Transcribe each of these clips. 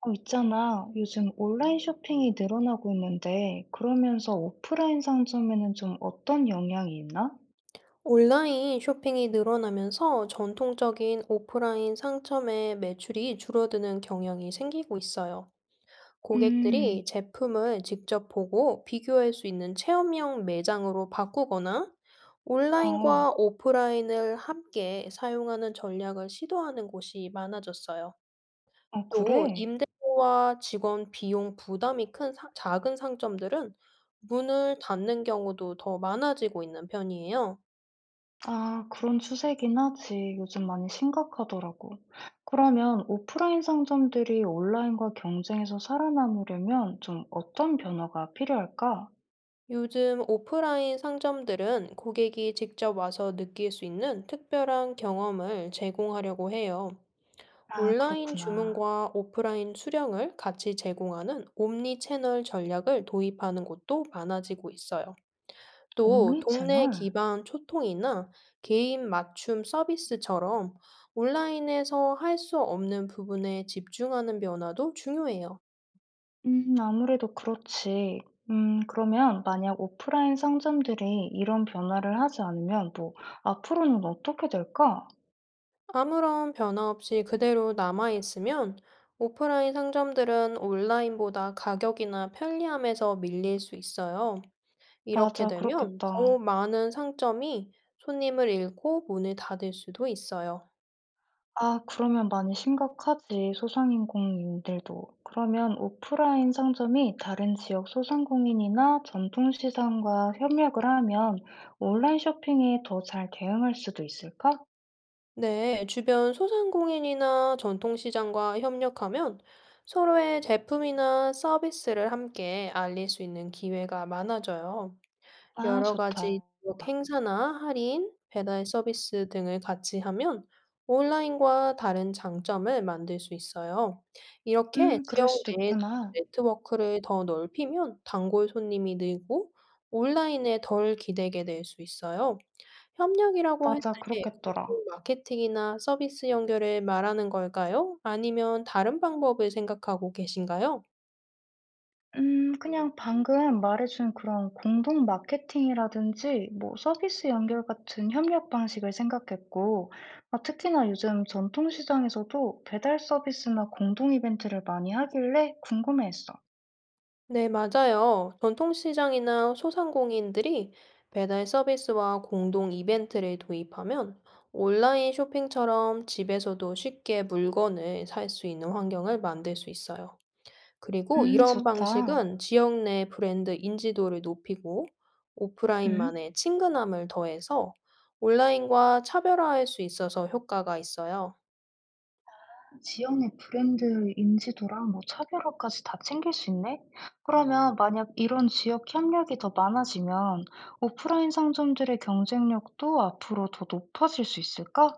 있잖아. 요즘 온라인 쇼핑이 늘어나고 있는데, 그러면서 오프라인 상점에는 좀 어떤 영향이 있나? 온라인 쇼핑이 늘어나면서 전통적인 오프라인 상점의 매출이 줄어드는 경향이 생기고 있어요. 음, 고객들이 제품을 직접 보고 비교할 수 있는 체험형 매장으로 바꾸거나 어, 온라인과 오프라인을 함께 사용하는 전략을 시도하는 곳이 많아졌어요. 또 그래? 임대료와 직원 비용 부담이 큰 작은 상점들은 문을 닫는 경우도 더 많아지고 있는 편이에요. 아, 그런 추세긴 하지. 요즘 많이 심각하더라고. 그러면 오프라인 상점들이 온라인과 경쟁에서 살아남으려면 좀 어떤 변화가 필요할까? 요즘 오프라인 상점들은 고객이 직접 와서 느낄 수 있는 특별한 경험을 제공하려고 해요. 아, 온라인 그렇구나. 주문과 오프라인 수령을 같이 제공하는 옴니 채널 전략을 도입하는 곳도 많아지고 있어요. 또 동네 옴니채널? 기반 초통이나 개인 맞춤 서비스처럼 온라인에서 할 수 없는 부분에 집중하는 변화도 중요해요. 아무래도 그렇지. 그러면 만약 오프라인 상점들이 이런 변화를 하지 않으면 뭐 앞으로는 어떻게 될까? 아무런 변화 없이 그대로 남아있으면 오프라인 상점들은 온라인보다 가격이나 편리함에서 밀릴 수 있어요. 이렇게 맞아, 되면 더 그렇겠다. 많은 상점이 손님을 잃고 문을 닫을 수도 있어요. 아, 그러면 많이 심각하지, 소상인공인들도. 그러면 오프라인 상점이 다른 지역 소상공인이나 전통시장과 협력을 하면 온라인 쇼핑에 더 잘 대응할 수도 있을까? 네, 주변 소상공인이나 전통시장과 협력하면 서로의 제품이나 서비스를 함께 알릴 수 있는 기회가 많아져요. 아, 여러 가지 좋다. 지역 행사나 할인, 배달 서비스 등을 같이 하면 온라인과 다른 장점을 만들 수 있어요. 이렇게 그럴 지역 수도 내 있구나. 네트워크를 더 넓히면 단골 손님이 늘고 온라인에 덜 기대게 될 수 있어요. 협력이라고 할 맞아, 때 그렇겠더라. 공통 마케팅이나 서비스 연결을 말하는 걸까요? 아니면 다른 방법을 생각하고 계신가요? 음, 그냥 방금 말해 준 그런 공동 마케팅이라든지 뭐 서비스 연결 같은 협력 방식을 생각했고, 아, 특히나 요즘 전통 시장에서도 배달 서비스나 공동 이벤트를 많이 하길래 궁금해했어. 네, 맞아요. 전통시장이나 소상공인들이 배달 서비스와 공동 이벤트를 도입하면 온라인 쇼핑처럼 집에서도 쉽게 물건을 살 수 있는 환경을 만들 수 있어요. 그리고 음, 이런 좋다. 방식은 지역 내 브랜드 인지도를 높이고 음. 오프라인만의 친근함을 더해서 온라인과 차별화할 수 있어서 효과가 있어요. 지역의 브랜드 인지도랑 뭐 차별화까지 다 챙길 수 있네? 그러면 만약 이런 지역 협력이 더 많아지면 오프라인 상점들의 경쟁력도 앞으로 더 높아질 수 있을까?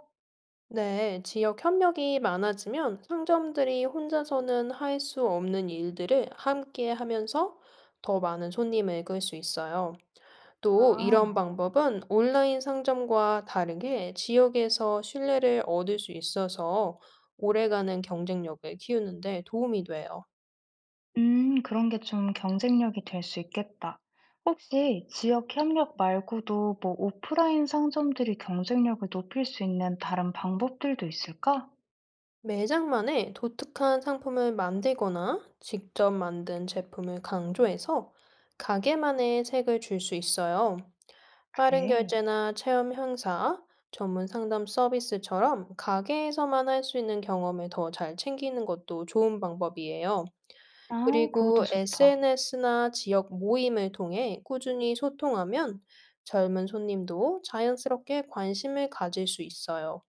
네, 지역 협력이 많아지면 상점들이 혼자서는 할 수 없는 일들을 함께 하면서 더 많은 손님을 끌 수 있어요. 또 이런 아. 방법은 온라인 상점과 다르게 지역에서 신뢰를 얻을 수 있어서 오래가는 경쟁력을 키우는 데 도움이 돼요. 그런 게 좀 경쟁력이 될 수 있겠다. 혹시 지역 협력 말고도 뭐 오프라인 상점들이 경쟁력을 높일 수 있는 다른 방법들도 있을까? 매장만의 독특한 상품을 만들거나 직접 만든 제품을 강조해서 가게만의 색을 줄 수 있어요. 빠른 그래. 결제나 체험 행사, 전문 상담 서비스처럼 가게에서만 할 수 있는 경험을 더 잘 챙기는 것도 좋은 방법이에요. 아, 그것도 그리고 좋다. SNS나 지역 모임을 통해 꾸준히 소통하면 젊은 손님도 자연스럽게 관심을 가질 수 있어요.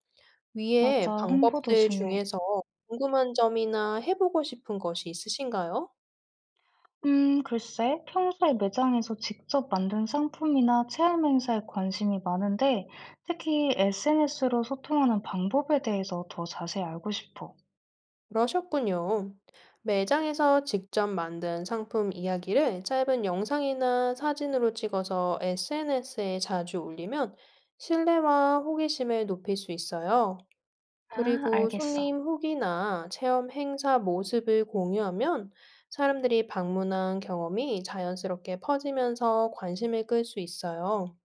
위의 맞아, 홍보도 방법들 중요해. 중에서 궁금한 점이나 해보고 싶은 것이 있으신가요? 글쎄, 평소에 매장에서 직접 만든 상품이나 체험 행사에 관심이 많은데, 특히 SNS로 소통하는 방법에 대해서 더 자세히 알고 싶어. 그러셨군요. 매장에서 직접 만든 상품 이야기를 짧은 영상이나 사진으로 찍어서 SNS에 자주 올리면 신뢰와 호기심을 높일 수 있어요. 아, 그리고 알겠어. 손님 후기나 체험 행사 모습을 공유하면 사람들이 방문한 경험이 자연스럽게 퍼지면서 관심을 끌 수 있어요.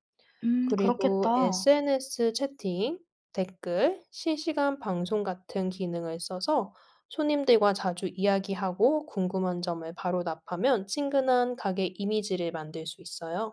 그리고 그렇겠다. SNS 채팅, 댓글, 실시간 방송 같은 기능을 써서 손님들과 자주 이야기하고 궁금한 점을 바로 답하면 친근한 가게 이미지를 만들 수 있어요.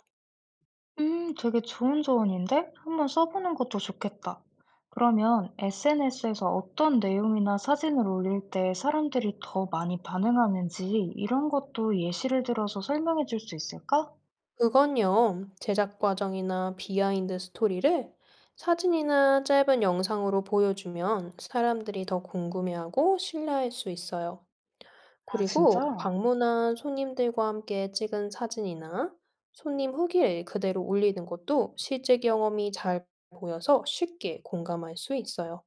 되게 좋은 조언인데? 한번 써보는 것도 좋겠다. 그러면 SNS에서 어떤 내용이나 사진을 올릴 때 사람들이 더 많이 반응하는지 이런 것도 예시를 들어서 설명해 줄 수 있을까? 그건요, 제작 과정이나 비하인드 스토리를 사진이나 짧은 영상으로 보여주면 사람들이 더 궁금해하고 신뢰할 수 있어요. 아, 진짜? 그리고 방문한 손님들과 함께 찍은 사진이나 손님 후기를 그대로 올리는 것도 실제 경험이 잘 보여서 쉽게 공감할 수 있어요.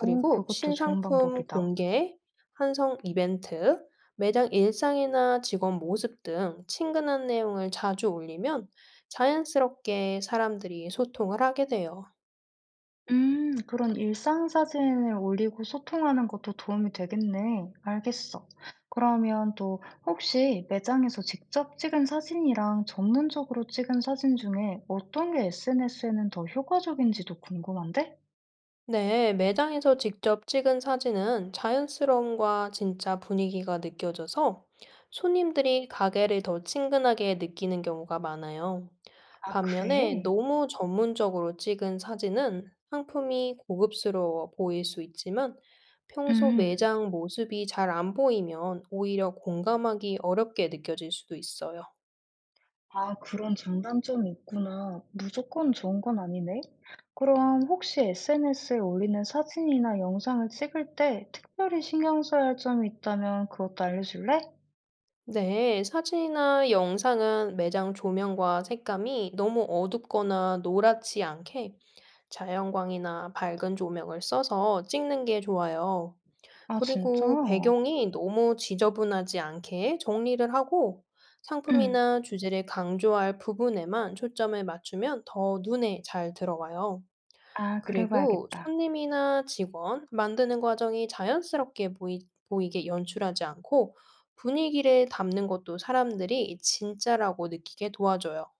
어, 그것도 좋은 신상품 방법이다. 공개, 한성 이벤트, 매장 일상이나 직원 모습 등 친근한 내용을 자주 올리면 자연스럽게 사람들이 소통을 하게 돼요. 그런 일상 사진을 올리고 소통하는 것도 도움이 되겠네. 알겠어. 그러면 또 혹시 매장에서 직접 찍은 사진이랑 전문적으로 찍은 사진 중에 어떤 게 SNS에는 더 효과적인지도 궁금한데? 네, 매장에서 직접 찍은 사진은 자연스러움과 진짜 분위기가 느껴져서 손님들이 가게를 더 친근하게 느끼는 경우가 많아요. 아, 반면에 그래? 너무 전문적으로 찍은 사진은 상품이 고급스러워 보일 수 있지만 평소 음. 매장 모습이 잘 안 보이면 오히려 공감하기 어렵게 느껴질 수도 있어요. 아, 그런 장단점이 있구나. 무조건 좋은 건 아니네. 그럼 혹시 SNS에 올리는 사진이나 영상을 찍을 때 특별히 신경 써야 할 점이 있다면 그것도 알려줄래? 네, 사진이나 영상은 매장 조명과 색감이 너무 어둡거나 노랗지 않게 자연광이나 밝은 조명을 써서 찍는 게 좋아요. 아, 진짜? 그리고 배경이 너무 지저분하지 않게 정리를 하고 응. 상품이나 주제를 강조할 부분에만 초점을 맞추면 더 눈에 잘 들어와요. 아, 그래 그리고 봐야겠다. 손님이나 직원, 만드는 과정이 보이게 연출하지 않고 분위기를 담는 것도 사람들이 진짜라고 느끼게 도와줘요.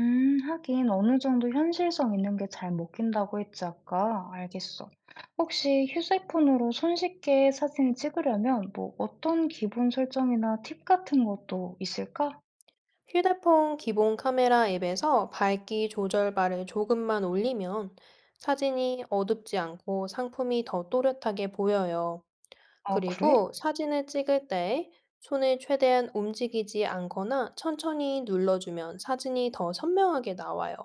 음, 하긴 어느 정도 현실성 있는 게 잘 먹힌다고 했지 아까. 알겠어. 혹시 휴대폰으로 손쉽게 사진을 찍으려면 뭐 어떤 기본 설정이나 팁 같은 것도 있을까? 휴대폰 기본 카메라 앱에서 밝기 조절 바를 조금만 올리면 사진이 어둡지 않고 상품이 더 또렷하게 보여요. 아, 그래? 그리고 사진을 찍을 때 손을 최대한 움직이지 않거나 천천히 눌러주면 사진이 더 선명하게 나와요.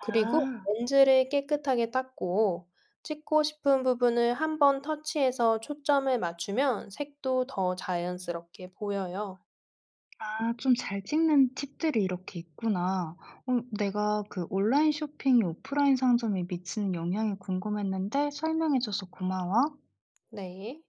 그리고 렌즈를 깨끗하게 닦고 찍고 싶은 부분을 한번 터치해서 초점을 맞추면 색도 더 자연스럽게 보여요. 아, 좀 잘 찍는 팁들이 이렇게 있구나. 어, 내가 그 온라인 쇼핑이 오프라인 상점에 미치는 영향이 궁금했는데 설명해 줘서 고마워. 네.